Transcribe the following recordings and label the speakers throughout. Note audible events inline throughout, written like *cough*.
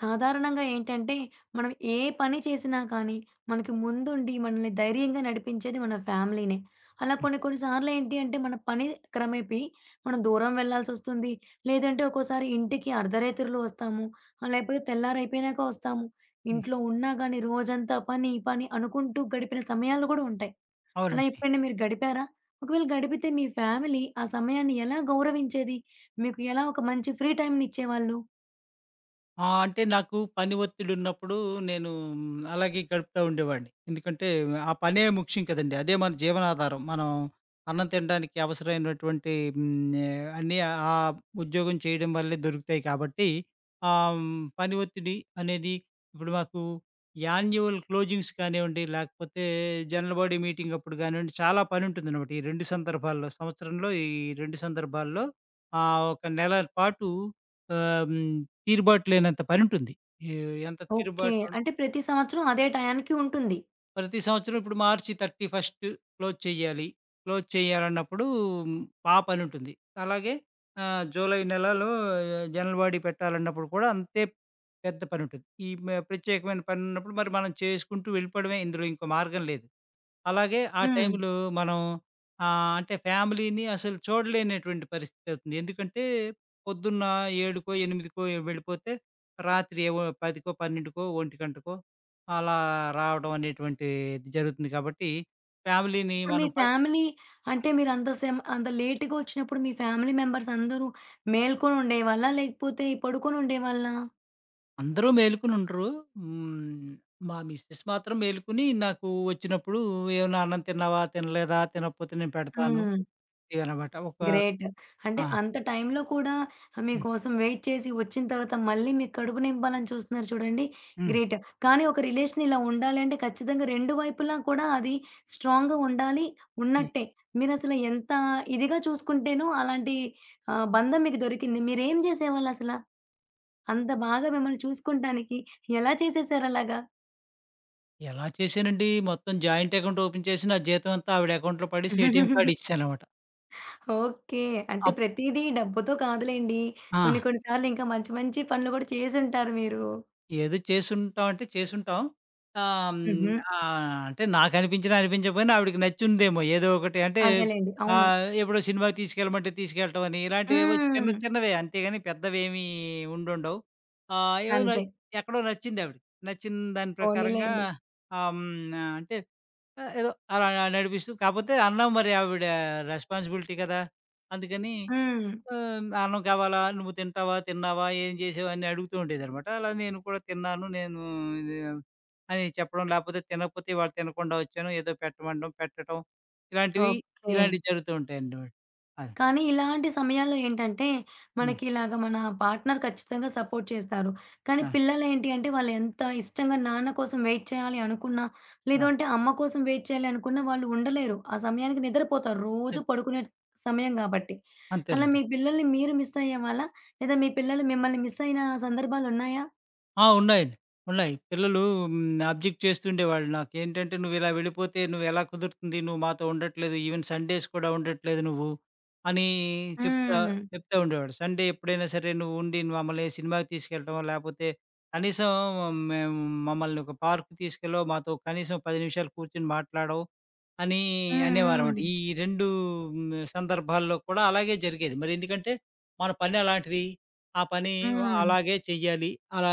Speaker 1: సాధారణంగా ఏంటంటే, మనం ఏ పని చేసినా కానీ, మనకి ముందుండి మనల్ని ధైర్యంగా నడిపించేది మన ఫ్యామిలీనే. అలా కొన్ని కొన్ని సార్లు ఏంటి అంటే, మన పని క్రమేపి మనం దూరం వెళ్ళాల్సొస్తుంది. లేదంటే ఒక్కోసారి ఇంటికి అర్ధరాత్రులు వస్తాము. లేకపోతే తెల్లారైపోయినాక వస్తాము.
Speaker 2: హ్మ్.
Speaker 1: ఇంట్లో ఉన్నా గానీ రోజంతా పని, పని అనుకుంటూ గడిపిన సమయాలు గూడా ఉంటాయి. అలా
Speaker 2: అవునండి.
Speaker 1: ఎప్పుడైనా మీరు గడిపారా? ఒకవేళ గడిపితే మీ ఫ్యామిలీ ఆ సమయాన్ని ఎలా గౌరవించేది? మీకు ఎలా ఒక మంచి ఫ్రీ టైమ్‌ని ఇచ్చేవాళ్ళు?
Speaker 2: ఆ! అంటే నాకు పని ఒత్తిడున్నప్పుడు నేను అలాగే గడుపుతా ఉండేవాడిని. ఎందుకంటే ఆ పనే ముఖ్యం కదండీ. అదే మన జీవనాధారం. మనం అన్నం తినడానికి అవసరమైనటువంటి అన్నీ ఆ ఉద్యోగం చేయడం వల్లే దొరుకుతాయి కాబట్టి పని ఒత్తిడి అనేది ఇప్పుడు మాకు యాన్యువల్ క్లోజింగ్స్ కానివ్వండి, లేకపోతే జనరల్ బాడీ మీటింగ్ అప్పుడు కానివ్వండి, చాలా పనుంటుందనమాట. ఈ 2 సందర్భాల్లో సంవత్సరంలో ఈ 2 సందర్భాల్లో ఒక నెల పాటు ఆహ్, హ్మ్ తీరుబాటు లేనంత పనుంటుంది. ఏ ఎంత
Speaker 1: ఓకే.
Speaker 2: తీరుబాటు
Speaker 1: అంటే ప్రతి సంవత్సరం అదే టయానికి ఉంటుంది.
Speaker 2: ప్రతి సంవత్సరం ఇప్పుడు మార్చి 31 క్లోజ్ చేయాలి. క్లోజ్ చేయాలన్నప్పుడు ఆ పనుంటుంది. అలాగే జూలై నెలలో జనరల్ బాడీ పెట్టాలన్నప్పుడు కూడా అంతే పెద్ద పనుంటుంది. ఈ మ ప్రత్యేకమైన పనున్నప్పుడు మరి మనం చేసుకుంటూ వెళ్ళిపోవడమే. ఇందులో ఇంకో మార్గం లేదు. అలాగే ఆ
Speaker 1: హ్మ్.
Speaker 2: టైంలో మనం అంటే ఫ్యామిలీని అసలు చూడలేనటువంటి పరిస్థితవుతుంది. ఎందుకంటే పొద్దున్న 7కో, 8కో వెళ్ళిపోతే రాత్రి ఏవో 10కో, 12కో, 1 గంటకో అలా రావడం అనేటువంటిది జరుగుతుంది కాబట్టి, ఫ్యామిలీని
Speaker 1: ఇప్పుడు మీ
Speaker 2: మనం ప
Speaker 1: ఫ్యామిలీ అంటే మీరంత సేమ్ అంత లేట్‌గా వచ్చినప్పుడు మీ ఫ్యామిలీ మెంబర్స్ అందరూ మేల్కొని ఉండేవాళ్ళా? లేకపోతే పడుకొని ఉండేవాళ్ళా?
Speaker 2: అందరూ మేలుకొని ఉండరు. హ్మ్. మా మిసెస్ మాత్రం మేలుకొని నాకు వచ్చినప్పుడు, "ఏమన్నా అన్నం తిన్నావా? తినలేదా? తినకపోతే నేను పెడతాను"
Speaker 1: హ్మ్.
Speaker 2: ఇవన్నమాట.
Speaker 1: గ్రేట్. అంటే
Speaker 2: ఆ!
Speaker 1: అంత టైంలో కూడా
Speaker 2: హ్మ్.
Speaker 1: మీకోసం వెయిట్ చేసి వచ్చిన తర్వాత మళ్ళీ మీ కడుపు నింపాలని చూస్తున్నారు చూడండి.
Speaker 2: హ్మ్.
Speaker 1: గ్రేట్. కానీ ఒక రిలేషన్ ఇలా ఉండాలి అంటే ఖచ్చితంగా 2 వైపులా కూడా అది స్ట్రాంగ్‌గా ఉండాలి
Speaker 2: హ్మ్.
Speaker 1: ఉన్నట్టే. మీరసలు ఎంత ఇదిగా చూసుకుంటేనో అలాంటి బంధం మీకు దొరికింది. మీరేం చేసేవాళ్ళసల? అంత బాగా మిమ్మల్ని చూసుకుంటానికి ఎలా చేసేసారు అలాగా?
Speaker 2: ఎలా చేశానండి, మొత్తం జాయింట్ అకౌంట్ ఓపెన్ చేసి, నా జీతం అంతా ఆవిడ అకౌంట్‌లో పడేసి ఏటీఎం కార్డ్ ఇచ్చేసాననమాట.
Speaker 1: ఓకే. అంటే
Speaker 2: అప్
Speaker 1: ప్రతీదీ డబ్బుతో కాదులెండి.
Speaker 2: ఆ!
Speaker 1: కొన్ని కొన్ని సార్లు ఇంకా మంచి మంచి పనులు కూడా చేసుంటారు మీరు.
Speaker 2: ఏదో చేసుంటాం అంటే చేసుంటాం. ఆహ్, హ్మ్,
Speaker 1: హుహు.
Speaker 2: అంటే నాకనిపించినా, అనిపించకపోయినా ఆవిడకి నచ్చుందేమో ఏదో ఒకటి. అంటే
Speaker 1: అదేలెండి. అవును.
Speaker 2: ఎప్పుడో సినిమాకి తీసుకెళ్ళమంటే తీసుకెళ్ళటం అని ఇలాంటివేవో చిన్న
Speaker 1: హ్మ్.
Speaker 2: చిన్నవే అంతేగాని పెద్దవేమీ ఉండుండవు. ఆహ్, ఏవో న
Speaker 1: అంతే.
Speaker 2: ఎక్కడో నచ్చిందావిడకి. నచ్చిన దాని ప్రకారంగా
Speaker 1: పోనీలెండి.
Speaker 2: ఆహ్, హ్మ్, అంటే ఏదో అలా నడిపిస్తూ కాపోతే అన్నాం, మరి ఆవిడ రెస్పాన్సిబిలిటీ కదా! అందుకని
Speaker 1: హ్మ్.
Speaker 2: అన్నం కావాలా? నువ్వు తింటావా? తిన్నావా? ఏం చేసావు? అని అడుగుతూ ఉండేదనమాట. అలా నేను కూడా తిన్నాను, నేను ఇది అని చెప్పడం, లేకపోతే తినకపోతే ఇవాళ తినకుండా వచ్చాను, ఏదో పెట్టమనడం, పెట్టటం, ఇలాంటివి,
Speaker 1: ఓకే.
Speaker 2: ఇలాంటివి జరుగుతూ ఉంటాయండి. అది.
Speaker 1: కానీ ఇలాంటి సమయాల్లో ఏంటంటే,
Speaker 2: హ్మ్.
Speaker 1: మనకి ఇలాగ మన పార్ట్నర్ ఖచ్చితంగా సపోర్ట్ చేస్తారు. కానీ
Speaker 2: ఆ!
Speaker 1: పిల్లలేంటి అంటే, వాళ్ళు ఎంత ఇష్టంగా నాన్న కోసం వెయిట్ చేయాలి అనుకున్నా,
Speaker 2: ఆ!
Speaker 1: లేదంటే అమ్మ కోసం వెయిట్ చేయాలి అనుకున్నా వాళ్ళు ఉండలేరు. ఆ సమయానికి నిద్రపోతారు. రోజు పడుకునే సమయం గాబట్టి. అలా మీ
Speaker 2: అంతేనండి.
Speaker 1: పిల్లల్ని మీరు మిస్ అయ్యేవాళ్ళా? లేదా మీ పిల్లలు మిమ్మల్ని మిస్ అయిన సందర్భాలున్నాయా?
Speaker 2: ఆ! ఉన్నాయండి. ఉన్నాయి. పిల్లలు అబ్జెక్ట్ చేస్తుండేవాళ్ళు. నాకేంటంటే, "నువ్విలా వెళ్ళిపోతే నువ్వెలా కుదురుతుంది? నువ్వు మాతో ఉండట్లేదు. ఈవెన్ సండేస్ కూడా ఉండట్లేదు నువ్వు" అని చెప్తా
Speaker 1: హ్మ్.
Speaker 2: చెప్తా ఉండేవాడు. సండే ఎప్పుడైనా సరే, "నువ్వు ఉండి మమ్మల్ని ఏ సినిమాకి తీసుకెళ్ళటమో, లేపోతే కనీసం మేము మమ్మల్ని ఒక పార్క్‌కి తీసుకెళ్ళో, మాతో కనీసం 10 నిమిషాలు కూర్చొని మాట్లాడవు" అని
Speaker 1: హ్మ్.
Speaker 2: అనేవారనమాట.
Speaker 1: హ్మ్.
Speaker 2: ఈ 2 సందర్భాల్లో కూడా అలాగే జరిగేది. మరెందుకంటే, మన పని అలాంటిది. ఆ పని
Speaker 1: హ్మ్.
Speaker 2: అలాగే చెయ్యాలి. అలా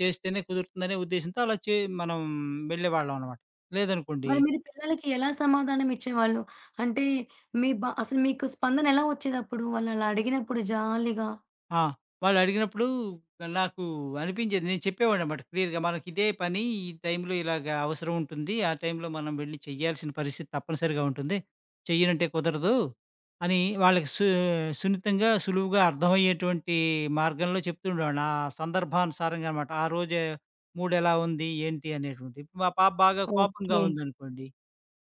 Speaker 2: చేస్తేనే కుదురుతుందనే ఉద్దేశ్యంతో అలా చే మనం వెళ్ళేవాళ్ళం అనమాట. లేదనుకోండి.
Speaker 1: మరి మీరు పిల్లలకి ఎలా సమాధానం ఇచ్చేవాళ్ళు? అంటే మీ బ అసలు మీకు స్పందన ఎలా వచ్చేదప్పుడు? వాళ్ళలా అడిగినప్పుడు జాలీగా?
Speaker 2: ఆ! వాళ్ళడిగినప్పుడు నాకు అనిపించేది. నేను చెప్పేవాడినన్నమాట క్లియర్‌గా. మనకిదే పని, ఈ టైంలో ఇలాగ అవసరం ఉంటుంది. ఆ టైంలో మనం వెళ్లి చేయాల్సిన పరిస్థితి తప్పనిసరిగా ఉంటుంది. చెయ్యనంటే కుదరదు అని వాళ్ళకి సున్నితంగా, సులువుగా అర్థమయ్యేటువంటి మార్గంలో చెప్తుండేవాడిని. ఆ సందర్భానుసారంగా అన్నమాట. ఆ రోజే మూడెలా ఉంది? ఏంటి? అనేటువంటిది. ఇప్పుడు మా పాప బాగా కోపంగా
Speaker 1: ఓకే.
Speaker 2: ఉందనుకోండి.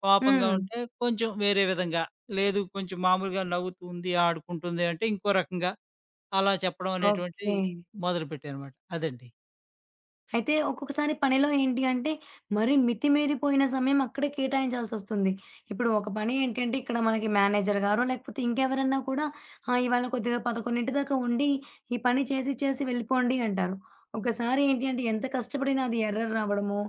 Speaker 2: కోపంగా
Speaker 1: హ్మ్.
Speaker 2: ఉంటే కొంచెం వేరే విధంగా, లేదు కొంచెం మామూలుగా నవ్వుతూ ఉంది, ఆడుకుంటుంది అంటే ఇంకో రకంగా. అలా చెప్పడం అనేటువంటిది
Speaker 1: ఓకే.
Speaker 2: మొదలుపెట్టానమాట. అదండి.
Speaker 1: అయితే ఒక్కొక్కసారి పనిలో ఏంటి అంటే, మరి మితిమీరిపోయిన సమయం అక్కడే కేటాయించాల్సొస్తుంది. ఇప్పుడు ఒక పని ఏంటంటే, ఇక్కడ మనకి మేనేజర్ గారో, లేకపోతే ఇంకెవరన్నా కూడా ఇవాళ కొద్దిగా 11 దాకా ఉండి, ఈ పని చేసి, చేసి వెళ్ళిపోండి అంటారు. ఒకసారి ఏంటి అంటే, ఎంత కష్టపడినా అది ఎర్రర్ రావడమో,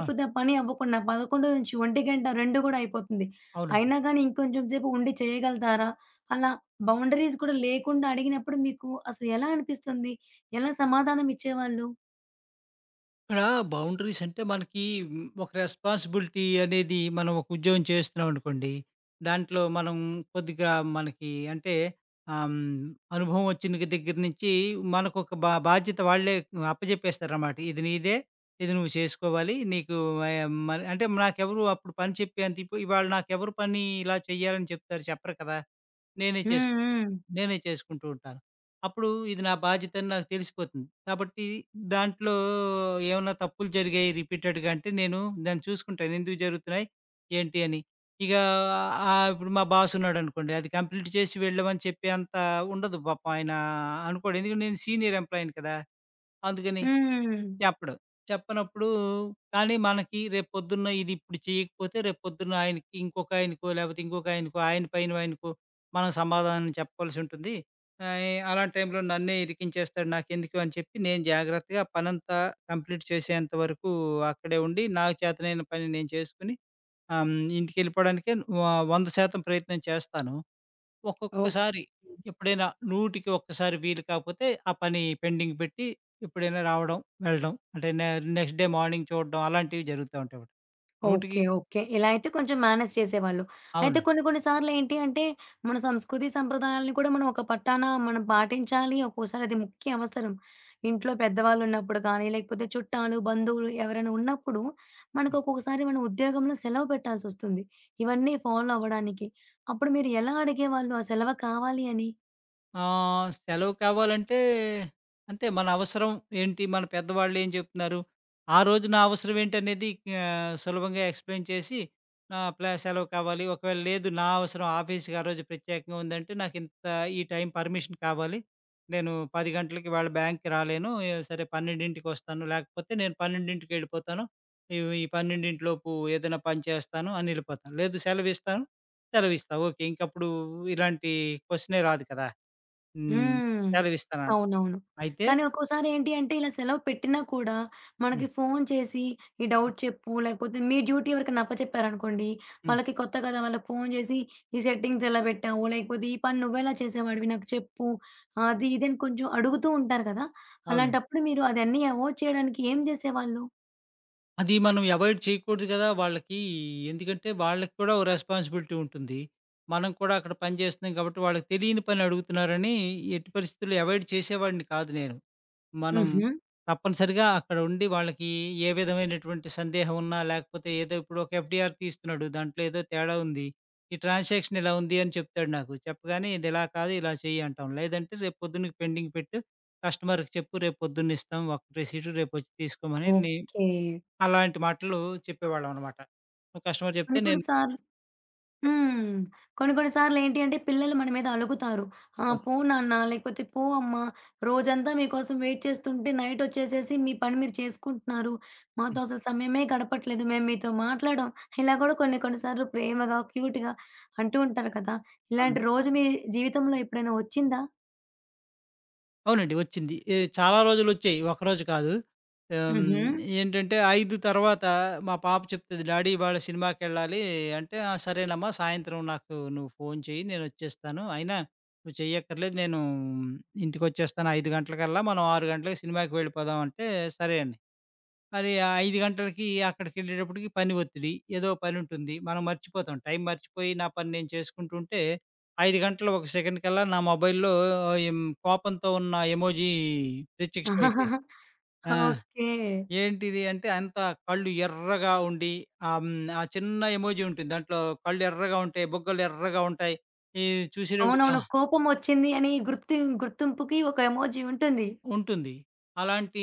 Speaker 2: ఆ!
Speaker 1: ఆ పని అవ్వకుండా 11-1 2 కూడా అయిపోతుంది.
Speaker 2: అవునండి.
Speaker 1: అయినా గానీ ఇంకొంచెం సేపు ఉండి చేయగలుగుతారా? అలా బౌండరీస్ కూడా లేకుండా అడిగినప్పుడు మీకు అసలు ఎలా అనిపిస్తుంది? ఎలా సమాధానం ఇచ్చేవాళ్ళు?
Speaker 2: ఇక్కడ బౌండరీస్ అంటే మనకి ఒక రెస్పాన్సిబిలిటీ అనేది, మనం ఒక ఉద్యోగం చేస్తున్నాం అనుకోండి. దాంట్లో మనం కొద్దిగా మనకి అంటే ఆహ్, హ్మ్, అనుభవం వచ్చిన దగ్గర నుంచి మనకొక బాధ్యత వాళ్ళే అప్పజెప్పేస్తారనమాట. ఇది నీదే, ఇది నువ్వు చేసుకోవాలి. నీకు ఆహ్, మరి అంటే నాకెవరు అప్పుడు పని చెప్పేంత ఇప్ ఇవాళ నాకెవరు పని ఇలా చేయాలని చెప్తారు? చెప్పరు కదా! నేనే
Speaker 1: హ్మ్.
Speaker 2: చేసుకుంటూ
Speaker 1: హ్మ్.
Speaker 2: నేనే చేసుకుంటూ ఉంటాను. అప్పుడు ఇది నా బాధ్యత అని నాకు తెలిసిపోతుంది. కాబట్టి దాంట్లో ఏమన్నా తప్పులు జరిగాయి రిపీటెడ్‌గా అంటే, నేను దాన్ని చూసుకుంటాను, ఎందుకు జరుగుతున్నాయి? ఏంటి అని. ఇక ఇప్పుడు మా బాస్ ఉన్నాడనుకోండి, అది కంప్లీట్ చేసి వెళ్ళమని చెప్పే అంత ఉండదు పాపం, ఆయన అనుకోడు. ఎందుకంటే నేను సీనియర్ ఎంప్లాయీని కదా! అందుకని
Speaker 1: హ్మ్.
Speaker 2: చెప్పడు. చెప్పనప్పుడు కానీ మనకి రేపొద్దున్న ఇది ఇప్పుడు చేయకపోతే, రేపొద్దున్న ఆయనకి, ఇంకొకాయనకో, లేపోతే ఇంకొకాయనకో, ఆయన పైన ఆయనకో మనం సమాధానం చెప్పవలసుంటుంది. అలాంటి టైంలో నన్నే ఇరికించేస్తాడు నాకెందుకు అని చెప్పి, నేను జాగ్రత్తగా పనంతా కంప్లీట్ చేసేంత వరకు అక్కడే ఉండి, నాకు చేతనైన పని నేను చేసుకొని ఆహ్, హ్మ్. ఇంటికెళ్ళిపోవడానికే వ 100% ప్రయత్నం చేస్తాను.
Speaker 1: ఓకే.
Speaker 2: ఒక్కొక్కసారి ఎప్పుడైనా నూటికి ఒక్కసారి వీలు కాకపోతే ఆ పని పెండింగ్ పెట్టి ఎప్పుడైనా రావడం, వెళ్ళడం. అంటే నెక్స్ట్ డే మార్నింగ్ చూడడం, అలాంటివి జరుగుతా ఉంటాయన్నమాట. నూటికి
Speaker 1: ఓకే. ఓకే. ఇలా అయితే కొంచెం మేనేజ్ చేసేవాళ్ళు. అయితే
Speaker 2: అవును.
Speaker 1: కొన్ని కొన్ని సార్లేంటి అంటే, మన సంస్కృతి సంప్రదాయాలను కూడా మనం ఒక పట్టాన మనం పాటించాలి. ఒక్కోసారి అది ముఖ్య అవసరం. ఇంట్లో పెద్దవాళ్ళున్నప్పుడు కానీ, లేకపోతే చుట్టాలు, బంధువులు ఎవరైనా ఉన్నప్పుడు, మనకు ఒక్కొక్కసారి మన ఉద్యోగంలో సెలవు పెట్టాల్సొస్తుంది. ఇవన్నీ ఫాలో అవ్వడానికి. అప్పుడు మీరు ఎలా అడిగేవాళ్ళు? ఆ సెలవు కావాలి అని?
Speaker 2: సెలవు కావాలంటే అంతే, మన అవసరం ఏంటి? మన పెద్దవాళ్ళు ఏం చెప్తున్నారు? ఆ రోజు నా అవసరం ఏంటనేది సులభంగా ఎక్స్‌ప్లెయిన్ చేసి, ఆహ్, ప్లా సెలవు కావాలి. ఒకవేళ లేదు, నా అవసరం ఆఫీస్‌కి ఆ రోజు ప్రత్యేకంగా ఉందంటే, నాకింత ఈ టైం పర్మిషన్ కావాలి. నేను 10 గంటలకి ఇవాళ బ్యాంక్‌కి రాలేను. సరే 12కి, లేకపోతే నేను 12కెళ్ళిపోతాను. ఈ 12 లోపు ఏదైనా పని చేస్తాను అని ఎళ్ళిపోతాను. లేదు సెలవిస్తాను, ఓకే. ఇంకప్పుడు ఇలాంటి క్వెషనే రాదు కదా! హ్మ్.
Speaker 1: హ్మ్.
Speaker 2: సెలవిస్తాను.
Speaker 1: అవునవును.
Speaker 2: అయితే
Speaker 1: కానీ ఒక్కోసారి ఏంటి అంటే ఇలా సెలవు పెట్టినా కూడా మనకి
Speaker 2: హ్మ్.
Speaker 1: ఫోను చేసి ఈ
Speaker 2: హ్మ్.
Speaker 1: డౌట్ చెప్పు లేకపోతే మీ డ్యూటీ ఎవరికైనా అప్పచెప్పారనుకోండి,
Speaker 2: హ్మ్.
Speaker 1: వాళ్ళకి కొత్త కదా! వాళ్ళకి ఫోను చేసి ఈ సెట్టింగ్స్ ఎలా పెట్టావు? లేకపోతే ఈ పని నువ్వెలా చేసేవాడివి నాకు చెప్పు. అది ఇది అని కొంచెం అడుగుతూ ఉంటారు కదా!
Speaker 2: అవునండి.
Speaker 1: అలాంటప్పుడు మీరు అదన్నీ అవాయిడ్ చేయడానికి ఏం చేసేవాళ్ళు?
Speaker 2: అది మనం అవాయిడ్ చేయకూడదు గదా! వాళ్ళకి, ఎందుకంటే వాళ్ళకి కూడా ఓ రెస్పాన్సిబిలిటీ ఉంటుంది. మనం కూడా అక్కడ పని చేస్తున్నాం కాబట్టి, వాళ్ళకి తెలియని పని అడుగుతున్నారని ఎట్టి పరిస్థితుల్లో అవాయిడ్ చేసేవాడిని కాదు నేను. మనం
Speaker 1: హుహు.
Speaker 2: తప్పనిసరిగా అక్కడ ఉండి వాళ్ళకి ఏ విధమైనటువంటి సందేహం ఉన్నా, లేకపోతే ఏదో ఇప్పుడు ఒక ఎఫ్‌డిఆర్ తీస్తున్నాడు, దాంట్లో ఏదో తేడా ఉంది, ఈ ట్రాన్సాక్షన్ ఇలా ఉంది అని చెప్తాడు నాకు. చెప్పగానే ఇది ఇలా కాదు, ఇలా చెయ్యి అంటాం. లేదంటే రేపు పొద్దున్నకి పెండింగ్ పెట్టు. కస్టమర్‌కి చెప్పు, రేపు పొద్దున్న ఇస్తాం. ఒక రిసీటు రేపొచ్చి తీసుకోమని
Speaker 1: ఓకే.
Speaker 2: అలాంటి మాటలు చెప్పేవాళ్ళం అనమాట. కస్టమర్ చెప్తే
Speaker 1: కొన్ని కొన్ని
Speaker 2: నేను
Speaker 1: సార్లు హ్మ్. కొన్ని కొన్ని సార్లేంటి అంటే పిల్లలు మన మీద అలుగుతారు. ఆ!
Speaker 2: అది.
Speaker 1: పో నాన్న లేకపోతే పో అమ్మ రోజంతా మీకోసం వెయిట్ చేస్తుంటే నైటొచ్చేసేసి మీ పని మీరు చేసుకుంటున్నారు.
Speaker 2: హ్మ్.
Speaker 1: మాతో అసలు సమయమే గడపట్లేదు. మేము మీతో మాట్లాడం. ఇలా కూడా కొన్ని కొన్ని సార్లు ప్రేమగా, క్యూట్‌గా అంటూ ఉంటారు కదా!
Speaker 2: అవును.
Speaker 1: ఇలాంటి రోజు మీ జీవితంలో ఎప్పుడైనా వచ్చిందా?
Speaker 2: అవునండి. వచ్చింది. చాలా రోజులొచ్చాయి. ఒకరోజు కాదు. హ్మ్.
Speaker 1: హుహు.
Speaker 2: ఏంటంటే, 5 తర్వాత మా పాప చెప్తది, "డాడీ ఇవాళ సినిమాకెళ్ళాలి" అంటే, "ఆ! సరేనమ్మా, సాయంత్రం నాకు నువ్వు ఫోను చెయ్యి, నేనొచ్చేస్తాను. అయినా నువ్వు చెయ్యక్కర్లేదు. నేను ఇంటికొచ్చేస్తాను 5 గంటలకల్లా. మనం 6 గంటలకి సినిమాకి వెళ్ళిపోదాం" అంటే, "సరే" మరి ఆ 5 గంటలకి అక్కడికెళ్ళేటప్పటికి పని ఒత్తిడి. ఏదో పనుంటుంది. మనం మర్చిపోతాం. టైం మర్చిపోయి నా పని నేను చేసుకుంటుంటే, 5 గంటలు ఒక సెకండ్ కల్లా నా మొబైల్‌లో ఎం కోపంతో ఉన్న ఎమోజీ ప్రత్యక్షం అయిపోయేది.
Speaker 1: *laughs*
Speaker 2: ఆ!
Speaker 1: ఓకే.
Speaker 2: ఏంటిది అంటే, అంతా కళ్ళు ఎర్రగా ఉండి ఆహ్, హ్మ్. ఆ చిన్న ఎమోజీ ఉంటుంది. దాంట్లో కళ్ళు ఎర్రగా ఉంటాయి. బుగ్గలు ఎర్రగా ఉంటాయి. ఇది చూసేటప్పటికి
Speaker 1: అవునవును. కోపమొచ్చింది అని గుర్తింపుకి ఒక ఎమోజి ఉంటుంది.
Speaker 2: ఉంటుంది. అలాంటి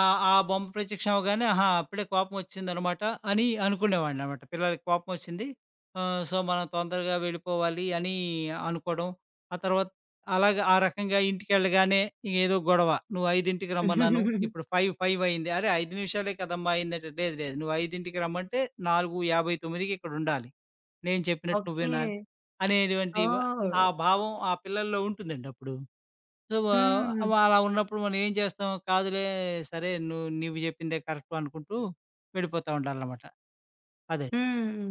Speaker 2: ఆ బొమ్మ ప్రత్యక్షం అవ్వగానే, ఆహా! అప్పుడే కోపం ఒచ్చిందనమాట అని అనుకునేవాడిననమాట. పిల్లలకి కోపం ఒచ్చింది. సో, మనం తొందరగా వెళ్ళిపోవాలి అని అనుకోవడం. ఆ తర్వాత అలాగా, ఆ రకంగా ఇంటికెళ్ళగానే ఏదో గొడవ. "నువ్వు 5కి రమ్మన్నాను.
Speaker 1: *laughs*
Speaker 2: ఇప్పుడు 5, 5 అయింది." "అరే! 5 నిమిషాలే కదమ్మా అయిందంటే." "లేదు లేదు. నువ్వు 5కి రమ్మంటే 4:59కి ఇక్కడుండాలి. నేను చెప్పినట్టు నువ్వు
Speaker 1: ఓకే.
Speaker 2: వినాలి." అనేటువంటి వ
Speaker 1: ఓహ్!
Speaker 2: ఆ భావం ఆ పిల్లల్లో ఉంటుందండి అప్పుడు.
Speaker 1: హ్మ్.
Speaker 2: అలా ఉన్నప్పుడు మనం ఏం చేస్తాం? సరే నువ్వు నువ్వు చెప్పిందే కరెక్ట్ అనుకుంటూ వెళ్ళిపోతా ఉండాలనమాట. అదే.
Speaker 1: హ్మ్.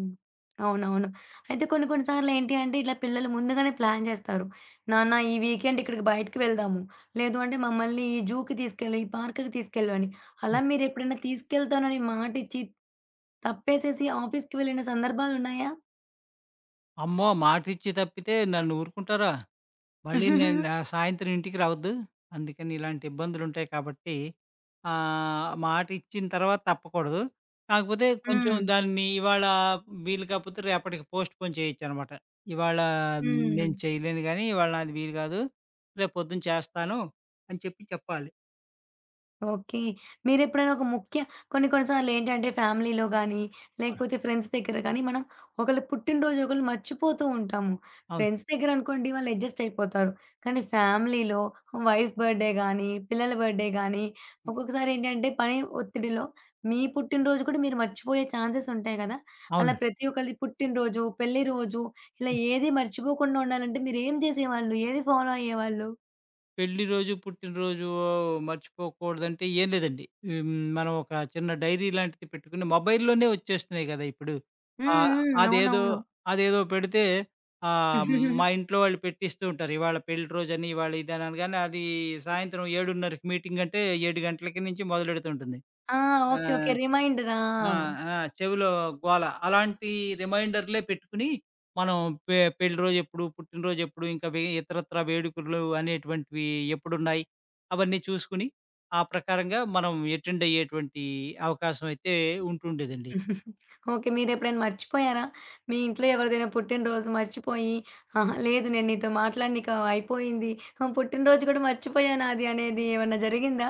Speaker 1: అవునవును. అయితే కొన్ని కొన్ని సార్లు ఏంటి అంటే ఇట్లా పిల్లలు ముందుగానే ప్లాన్ జేస్తారు. నాన్న ఈ వీకెండ్ ఇక్కడికి బయటికి వెళ్దాము. లేదు అంటే మమ్మల్ని ఈ జూకి తీసుకెళ్ళు, ఈ పార్క్‌కి తీసుకెళ్ళు అని. అలా మీరెప్పుడైనా తీసుకెళ్తానని మాటిచ్చి తప్పేసేసి ఆఫీస్‌కి వెళ్ళిన సందర్భాలున్నాయా?
Speaker 2: అమ్మో! మాటిచ్చి తప్పితే నన్ను ఊరుకుంటారా? మళ్ళీ నేను నా
Speaker 1: *laughs*
Speaker 2: సాయంత్రం ఇంటికి రావద్దు. అందుకని ఇలాంటి ఇబ్బందులుంటాయి కాబట్టి మాటిచ్చిన తర్వాత తప్పకూడదు. కాకపోతే కొంచెం
Speaker 1: హ్మ్.
Speaker 2: దాన్ని ఇవాళ వీలు కాకపోతే రేపటికి పోస్ట్‌పోన్ చేయొచ్చనమాట. ఇవాళ
Speaker 1: హ్మ్.
Speaker 2: నేను చేయలేను గానీ, ఇవాళ నాది వీలు కాదు. రేపు పొద్దున చేస్తాను అని చెప్పి చెప్పాలి.
Speaker 1: ఓకే. మీరెప్పుడైనా ఒక ముఖ్య కొన్ని కొన్ని సార్లేంటంటే ఫ్యామిలీలో గానీ, లేకపోతే ఫ్రెండ్స్ దగ్గర గానీ, మనం ఒకళ్ళ పుట్టినరోజు ఒకళ్ళు మర్చిపోతూ ఉంటాము.
Speaker 2: ఆ!
Speaker 1: ఫ్రెండ్స్ దగ్గరనుకోండి వాళ్ళు అడ్జస్ట్ అయిపోతారు. కానీ ఫ్యామిలీలో వైఫ్ బర్త్‌డే గానీ, పిల్లల బర్త్‌డే గానీ,
Speaker 2: హ్మ్.
Speaker 1: ఒక్కొక్కసారేంటంటే పని ఒత్తిడిలో మీ పుట్టినరోజు కూడా మీరు మర్చిపోయే ఛాన్సెస్ ఉంటాయి గదా! అలా
Speaker 2: అవును.
Speaker 1: ప్రతి ఒక్కళ్ళది పుట్టినరోజు, పెళ్లి రోజు ఇలా
Speaker 2: హ్మ్.
Speaker 1: ఏది మర్చిపోకుండా ఉండాలంటే మీరేం జేసేవాళ్ళు? ఏది ఫాలో అయ్యేవాళ్ళు?
Speaker 2: పెళ్లి రోజు, పుట్టినరోజు మర్చిపోకూడదంటే ఏం లేదండి. హ్మ్. మనం ఒక చిన్న డైరీ లాంటిది పెట్టుకుని, మొబైల్‌లోనే వచ్చేస్తున్నాయి గదా ఇప్పుడు.
Speaker 1: హ్మ్.
Speaker 2: ఆహ్,
Speaker 1: హ్మ్.
Speaker 2: అదేదో
Speaker 1: అవునవును.
Speaker 2: అదేదో పెడితే, ఆహ్, మా ఇంట్లో వాళ్ళు పెట్టిస్తూ ఉంటారు. ఇవాళ పెళ్లి రోజని, ఇవాళ ఇదని అనగానే, అది సాయంత్రం 7:30కి మీటింగ్ అంటే 7 గంటలకి నుంచి మొదలెడుతుంటుంది.
Speaker 1: ఆ!
Speaker 2: ఆ!
Speaker 1: ఓకే. ఓకే. రిమైండరా?
Speaker 2: ఆ! ఆ! చెవిలో గోల. అలాంటి రిమైండర్‌లే పెట్టుకొని మనం పెళ్లి రోజెప్పుడు, పుట్టినరోజెప్పుడు, ఇంకా ఇతరత్రా వేడుకలు అనేటువంటివి ఎప్పుడున్నాయి, అవన్నీ చూసుకుని, ఆ ప్రకారంగా మనం అటెండ్ అయ్యేటువంటి అవకాశం అయితే ఉంటుండేదండి.
Speaker 1: ఓకే. మీరెప్పుడైనా మర్చిపోయారా? మీ ఇంట్లో ఎవరిదైనా పుట్టినరోజు మర్చిపోయి, "అహా! లేదు నేను నీతో మాట్లాడనిక అయిపోయింది. పుట్టినరోజు కూడా మర్చిపోయా నాది" అనేది ఏమన్నా జరిగిందా?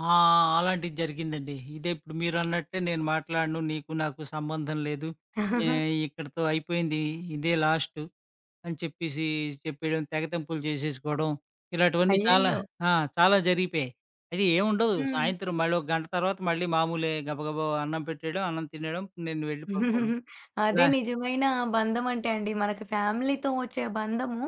Speaker 2: ఆ! అలాంటిది జరిగిందండి. ఇదే ఇప్పుడు మీరన్నట్టే, నేను మాట్లాడను, నీకు నాకు సంబంధం లేదు. ఏ ఇక్కడితో అయిపోయింది. ఇదే లాస్టు. అని చెప్పేసి చెప్పేయడం, తెగతెంపులు చేసేసుకోవడం, ఇలాంటివన్నీ చాలా
Speaker 1: అయ్యయ్యో!
Speaker 2: ఆ! చాలా జరిగిపోయాయి. అది ఏముండదు.
Speaker 1: హ్మ్.
Speaker 2: సాయంత్రం మళ్ళీ ఒక గంట తర్వాత మళ్ళీ మామూలే, గబగబా అన్నం పెట్టేయడం, అన్నం తినేయడం, నేను వెళ్ళి పడుకోవడం.
Speaker 1: *laughs* అదే
Speaker 2: ఇలా
Speaker 1: నిజమైన బంధం అంటే అండి. మనకి ఫ్యామిలీతో వచ్చే బంధము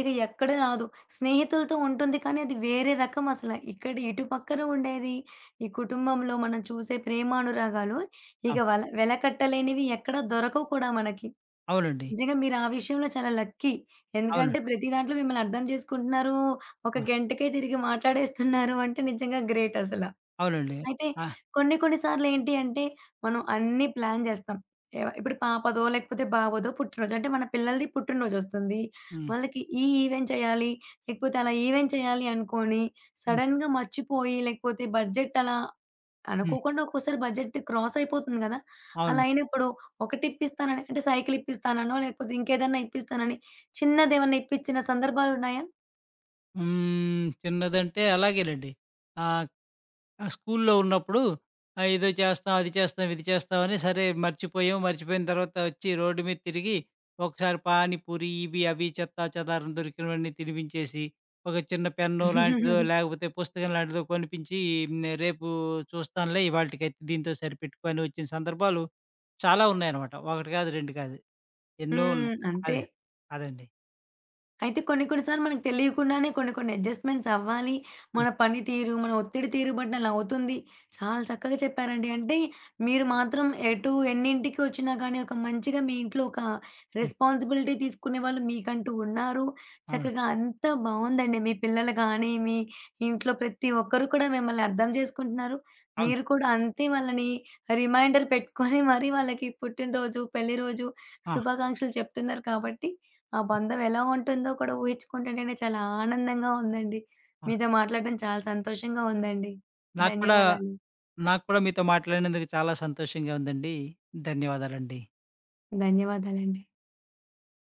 Speaker 1: ఇక ఎక్కడ రాదు. స్నేహితులతో ఉంటుంది కానీ అది వేరే రకం అసల. ఇక్కడ ఇటు పక్కన ఉండేది ఈ కుటుంబంలో మనం చూసే ప్రేమానురాగాలు ఇక
Speaker 2: అవ్
Speaker 1: వెలకట్టలేనివి ఎక్కడ దొరకవు కూడా మనకి.
Speaker 2: అవునండి.
Speaker 1: నిజంగా మీరు ఆ విషయంలో చాలా లక్కీ.
Speaker 2: అవును.
Speaker 1: ఎందుకంటే ప్రతి దాంట్లో మిమ్మల్ని అర్థం చేసుకుంటున్నారు. ఒక
Speaker 2: ఆ!
Speaker 1: గంటకే తిరిగి మాట్లాడేస్తున్నారు అంటే నిజంగా గ్రేట్ అసల.
Speaker 2: అవునండి.
Speaker 1: అయితే
Speaker 2: ఆ!
Speaker 1: కొన్ని కొన్ని సార్లేంటి అంటే, మనం అన్నీ ప్లాన్ జేస్తాం. ఎవ ఇప్పుడు పాపదో, లేకపోతే బాబోదో పుట్టినరోజు. అంటే మన పిల్లలది పుట్టినరోజొస్తుంది.
Speaker 2: హ్మ్.
Speaker 1: వాళ్ళకి ఈ ఈవెంట్ చేయాలి, లేకపోతే అలా ఈవెంట్ చేయాలి అనుకోని,
Speaker 2: హ్మ్.
Speaker 1: సడెన్‌గా మర్చిపోయి, లేకపోతే బడ్జెట్ అలా
Speaker 2: హ్మ్.
Speaker 1: అనుకోకుండా ఒక్కోసారి బడ్జెట్ క్రాస్ అయిపోతుంది గదా! అలా
Speaker 2: అవును.
Speaker 1: అయినప్పుడు ఒకటిప్పిస్తానని అంటే సైకిల్ ఇప్పిస్తాననో, లేకపోతే ఇంకేదన్నా ఇప్పిస్తానని చిన్నదేమన్నా ఇప్పించిన సందర్భాలున్నాయా?
Speaker 2: హ్మ్. చిన్నదంటే అలాగేనండి. ఆహ్ ఆ! స్కూల్లో ఉన్నప్పుడు ఏదో చేస్తాం, అది చేస్తాం, ఇది చేస్తాం అని సరే మర్చిపోయాం. మర్చిపోయిన తర్వాత వచ్చి, రోడ్డు మీద తిరిగి ఒకసారి పానీపూరి ఇవి, అవి చెత్తా చెదారం దొరికినవన్నీ తినిపించేసి, ఒక చిన్న పెన్ను లాంటిదో,
Speaker 1: హ్మ్. *laughs*
Speaker 2: లేకపోతే పుస్తకం లాంటిదో కొనిపించి, హ్మ్, రేపు చూస్తానులే, ఇవాల్టికైతే దీంతో సరిపెట్టుకో అని వచ్చిన సందర్భాలు చాలా ఉన్నాయన్నమాట. ఒకటి కాదు, రెండు కాదు, ఎన్నో ఉన్నాయి.
Speaker 1: అంతే.
Speaker 2: అదే. అదండి.
Speaker 1: అయితే కొన్ని కొన్ని సార్లు మనకు తెలియకుండానే కొన్ని కొన్ని అడ్జస్ట్‌మెంట్స్ అవ్వాలి. మన
Speaker 2: హ్మ్.
Speaker 1: పని తీరు, మన ఒత్తిడి తీరు బట్టి అలా అవుతుంది. చాలా చక్కగా చెప్పారండి. అంటే మీరు మాత్రం ఎటు ఎన్నింటికి వచ్చినా గానీ ఒక మంచిగా మీ ఇంట్లో ఒక
Speaker 2: హ్మ్.
Speaker 1: రెస్పాన్సిబిలిటీ తీసుకునే వాళ్ళు మీకంటూ ఉన్నారు.
Speaker 2: అవును.
Speaker 1: చక్కగా అంతా బావుందండి. మీ పిల్లలు గానీ, మీ ఇంట్లో ప్రతి ఒక్కరు కూడా మిమ్మల్ని అర్థం చేసుకుంటున్నారు.
Speaker 2: అవును.
Speaker 1: మీరు కూడా అంతే వాళ్ళని రిమైండర్ పెట్టుకొని మరీ వాళ్ళకి పుట్టినరోజు, పెళ్లి రోజు
Speaker 2: ఆ!
Speaker 1: శుభాకాంక్షలు చెప్తున్నారు కాబట్టి ఆ బంధం ఎలా ఉంటుందో కూడా ఊహించుకుంటుంటేనే చాలా ఆనందంగా ఉందండి.
Speaker 2: ఆ!
Speaker 1: మీతో మాట్లాడడం చాలా సంతోషంగా ఉందండి.
Speaker 2: నాకు కూడా
Speaker 1: ధన్యవాదాలు.
Speaker 2: నాకు కూడా మీతో మాట్లాడినందుకు చాలా సంతోషంగా ఉందండి. ధన్యవాదాలండి.
Speaker 1: ధన్యవాదాలండి.